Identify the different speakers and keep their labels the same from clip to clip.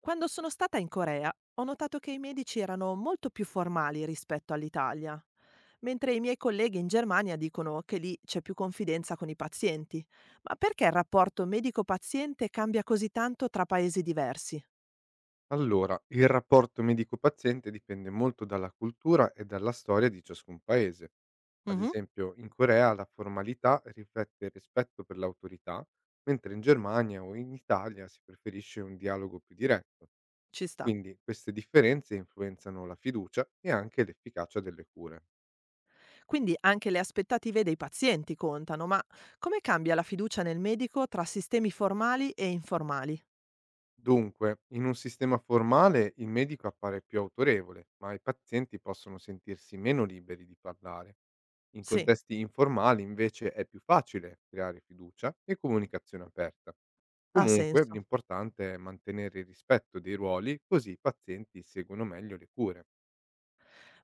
Speaker 1: Quando sono stata in Corea ho notato che i medici erano molto più formali rispetto all'Italia, mentre i miei colleghi in Germania dicono che lì c'è più confidenza con i pazienti. Ma perché il rapporto medico-paziente cambia così tanto tra paesi diversi?
Speaker 2: Allora, il rapporto medico-paziente dipende molto dalla cultura e dalla storia di ciascun paese. Ad
Speaker 1: Mhm,
Speaker 2: esempio, in Corea la formalità riflette il rispetto per l'autorità, mentre in Germania o in Italia si preferisce un dialogo più diretto.
Speaker 1: ci sta.
Speaker 2: Quindi queste differenze influenzano la fiducia e anche l'efficacia delle cure.
Speaker 1: Quindi anche le aspettative dei pazienti contano, ma come cambia la fiducia nel medico tra sistemi formali e informali?
Speaker 2: Dunque, in un sistema formale il medico appare più autorevole, ma i pazienti possono sentirsi meno liberi di parlare. In
Speaker 1: Sì,
Speaker 2: contesti informali invece è più facile creare fiducia e comunicazione aperta.
Speaker 1: ha
Speaker 2: Comunque,
Speaker 1: senso.
Speaker 2: l'importante è mantenere il rispetto dei ruoli così i pazienti seguono meglio le cure.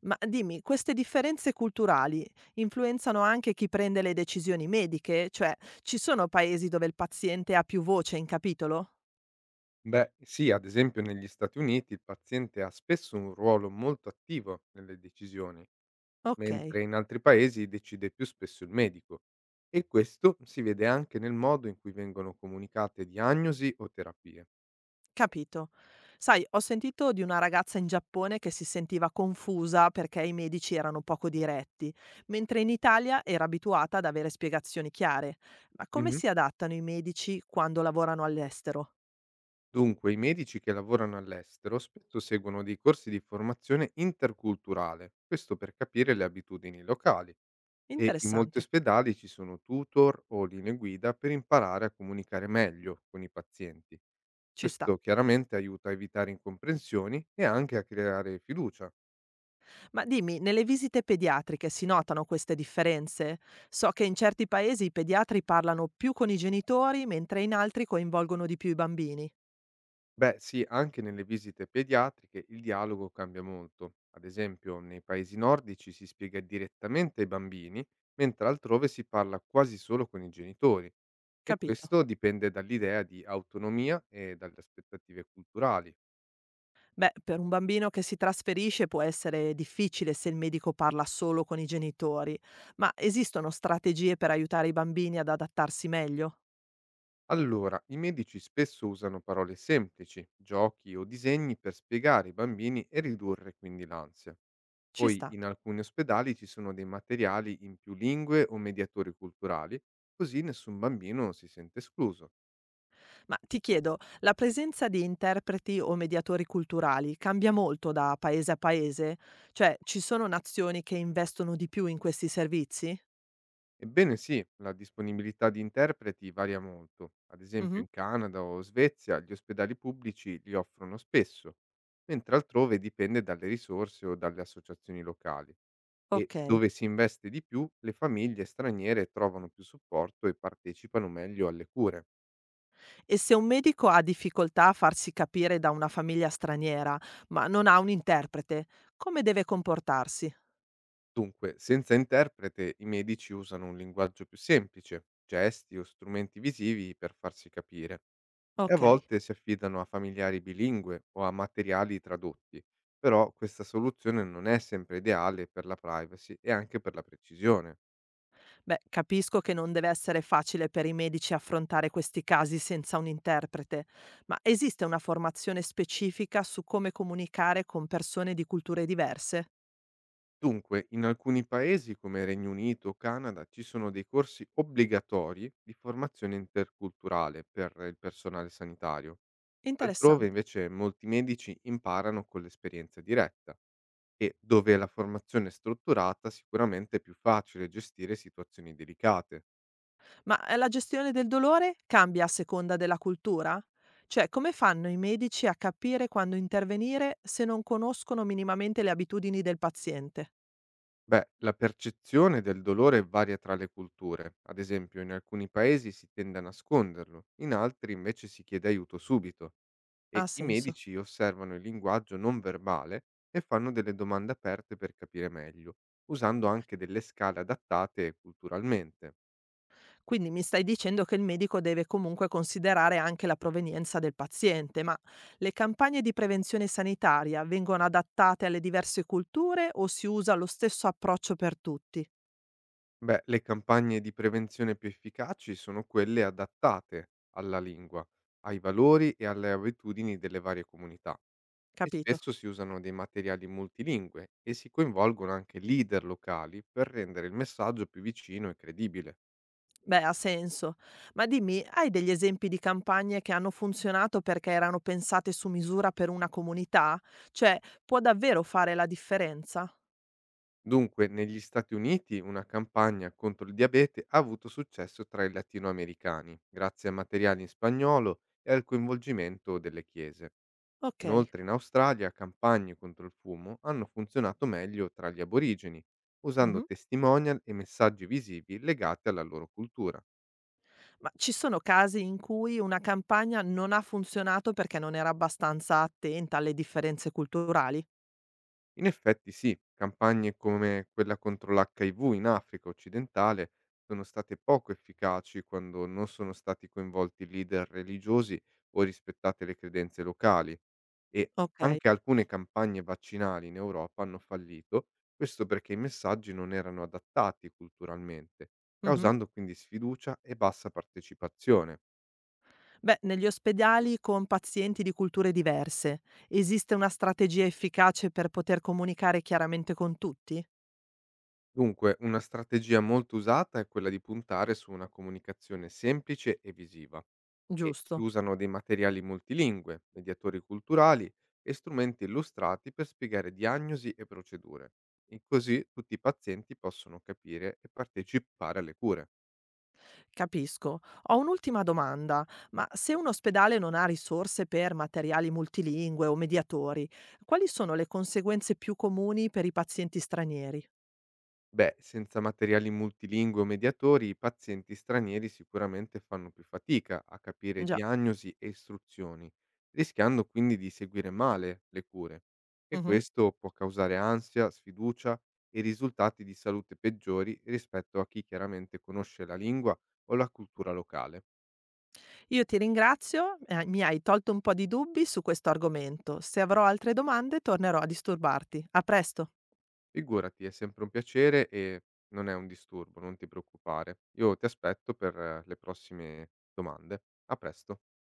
Speaker 1: Ma dimmi, queste differenze culturali influenzano anche chi prende le decisioni mediche? Cioè, ci sono paesi dove il paziente ha più voce in capitolo?
Speaker 2: Beh, sì, ad esempio negli Stati Uniti il paziente ha spesso un ruolo molto attivo nelle decisioni.
Speaker 1: Ok,
Speaker 2: Mentre in altri paesi decide più spesso il medico. E questo si vede anche nel modo in cui vengono comunicate diagnosi o terapie.
Speaker 1: capito. Sai, ho sentito di una ragazza in Giappone che si sentiva confusa perché i medici erano poco diretti, mentre in Italia era abituata ad avere spiegazioni chiare. Ma come
Speaker 2: Mhm.
Speaker 1: si adattano i medici quando lavorano all'estero?
Speaker 2: Dunque, i medici che lavorano all'estero spesso seguono dei corsi di formazione interculturale, questo per capire le abitudini locali. E in molti
Speaker 1: Interessante,
Speaker 2: ospedali ci sono tutor o linee guida per imparare a comunicare meglio con i pazienti.
Speaker 1: ci sta.
Speaker 2: Questo chiaramente aiuta a evitare incomprensioni e anche a creare fiducia.
Speaker 1: Ma dimmi, nelle visite pediatriche si notano queste differenze? So che in certi paesi i pediatri parlano più con i genitori, mentre in altri coinvolgono di più i bambini.
Speaker 2: Beh, sì, anche nelle visite pediatriche il dialogo cambia molto. Ad esempio, nei paesi nordici si spiega direttamente ai bambini, mentre altrove si parla quasi solo con i genitori. E
Speaker 1: Capito?
Speaker 2: questo dipende dall'idea di autonomia e dalle aspettative culturali.
Speaker 1: Beh, per un bambino che si trasferisce può essere difficile se il medico parla solo con i genitori, ma esistono strategie per aiutare i bambini ad adattarsi meglio?
Speaker 2: Allora, i medici spesso usano parole semplici, giochi o disegni per spiegare ai bambini e ridurre quindi l'ansia.
Speaker 1: Ci
Speaker 2: Poi
Speaker 1: sta.
Speaker 2: in alcuni ospedali ci sono dei materiali in più lingue o mediatori culturali, così nessun bambino si sente escluso.
Speaker 1: Ma ti chiedo, la presenza di interpreti o mediatori culturali cambia molto da paese a paese? Cioè, ci sono nazioni che investono di più in questi servizi?
Speaker 2: Ebbene sì, la disponibilità di interpreti varia molto. Ad esempio
Speaker 1: Mh-mh.
Speaker 2: in Canada o Svezia gli ospedali pubblici li offrono spesso, mentre altrove dipende dalle risorse o dalle associazioni locali. E
Speaker 1: Okay.
Speaker 2: dove si investe di più, le famiglie straniere trovano più supporto e partecipano meglio alle cure.
Speaker 1: E se un medico ha difficoltà a farsi capire da una famiglia straniera, ma non ha un interprete, come deve comportarsi?
Speaker 2: Dunque, senza interprete i medici usano un linguaggio più semplice, gesti o strumenti visivi per farsi capire e a
Speaker 1: Okay.
Speaker 2: volte si affidano a familiari bilingue o a materiali tradotti, però questa soluzione non è sempre ideale per la privacy e anche per la precisione.
Speaker 1: Beh, capisco che non deve essere facile per i medici affrontare questi casi senza un interprete, ma esiste una formazione specifica su come comunicare con persone di culture diverse?
Speaker 2: Dunque, in alcuni paesi come Regno Unito o Canada ci sono dei corsi obbligatori di formazione interculturale per il personale sanitario. Altrove
Speaker 1: Interessante.
Speaker 2: invece molti medici imparano con l'esperienza diretta. E dove la formazione è strutturata sicuramente è più facile gestire situazioni delicate.
Speaker 1: Ma la gestione del dolore cambia a seconda della cultura? Cioè, come fanno i medici a capire quando intervenire se non conoscono minimamente le abitudini del paziente?
Speaker 2: Beh, la percezione del dolore varia tra le culture, ad esempio in alcuni paesi si tende a nasconderlo, in altri invece si chiede aiuto subito
Speaker 1: Ha
Speaker 2: e i
Speaker 1: senso.
Speaker 2: medici osservano il linguaggio non verbale e fanno delle domande aperte per capire meglio, usando anche delle scale adattate culturalmente.
Speaker 1: Quindi mi stai dicendo che il medico deve comunque considerare anche la provenienza del paziente, ma le campagne di prevenzione sanitaria vengono adattate alle diverse culture o si usa lo stesso approccio per tutti?
Speaker 2: Beh, le campagne di prevenzione più efficaci sono quelle adattate alla lingua, ai valori e alle abitudini delle varie comunità e
Speaker 1: Capito?
Speaker 2: spesso si usano dei materiali multilingue e si coinvolgono anche leader locali per rendere il messaggio più vicino e credibile.
Speaker 1: Beh, ha senso. Ma dimmi, hai degli esempi di campagne che hanno funzionato perché erano pensate su misura per una comunità? Cioè, può davvero fare la differenza?
Speaker 2: Dunque, negli Stati Uniti una campagna contro il diabete ha avuto successo tra i latinoamericani, grazie a materiali in spagnolo e al coinvolgimento delle chiese.
Speaker 1: Ok.
Speaker 2: Inoltre in Australia campagne contro il fumo hanno funzionato meglio tra gli aborigeni,
Speaker 1: Mhm.
Speaker 2: usando testimonial e messaggi visivi legati alla loro cultura.
Speaker 1: Ma ci sono casi in cui una campagna non ha funzionato perché non era abbastanza attenta alle differenze culturali?
Speaker 2: In effetti sì, campagne come quella contro l'HIV in Africa occidentale sono state poco efficaci quando non sono stati coinvolti leader religiosi o rispettate le credenze locali e
Speaker 1: Okay.
Speaker 2: anche alcune campagne vaccinali in Europa hanno fallito, questo perché i messaggi non erano adattati culturalmente,
Speaker 1: Mh-mh.
Speaker 2: causando quindi sfiducia e bassa partecipazione.
Speaker 1: Beh, negli ospedali con pazienti di culture diverse, esiste una strategia efficace per poter comunicare chiaramente con tutti?
Speaker 2: Dunque, una strategia molto usata è quella di puntare su una comunicazione semplice e visiva e si
Speaker 1: Giusto,
Speaker 2: usano dei materiali multilingue, mediatori culturali e strumenti illustrati per spiegare diagnosi e procedure. E così tutti i pazienti possono capire e partecipare alle cure.
Speaker 1: capisco. Ho un'ultima domanda, ma se un ospedale non ha risorse per materiali multilingue o mediatori, quali sono le conseguenze più comuni per i pazienti stranieri?
Speaker 2: Beh, senza materiali multilingue o mediatori, i pazienti stranieri sicuramente fanno più fatica a capire
Speaker 1: Già.
Speaker 2: diagnosi e istruzioni, rischiando quindi di seguire male le cure. E
Speaker 1: Mh-mh.
Speaker 2: questo può causare ansia, sfiducia e risultati di salute peggiori rispetto a chi chiaramente conosce la lingua o la cultura locale.
Speaker 1: Io ti ringrazio, mi hai tolto un po' di dubbi su questo argomento. Se avrò altre domande tornerò a disturbarti. A presto.
Speaker 2: Figurati, è sempre un piacere e non è un disturbo, non ti preoccupare. Io ti aspetto per le prossime domande. A presto.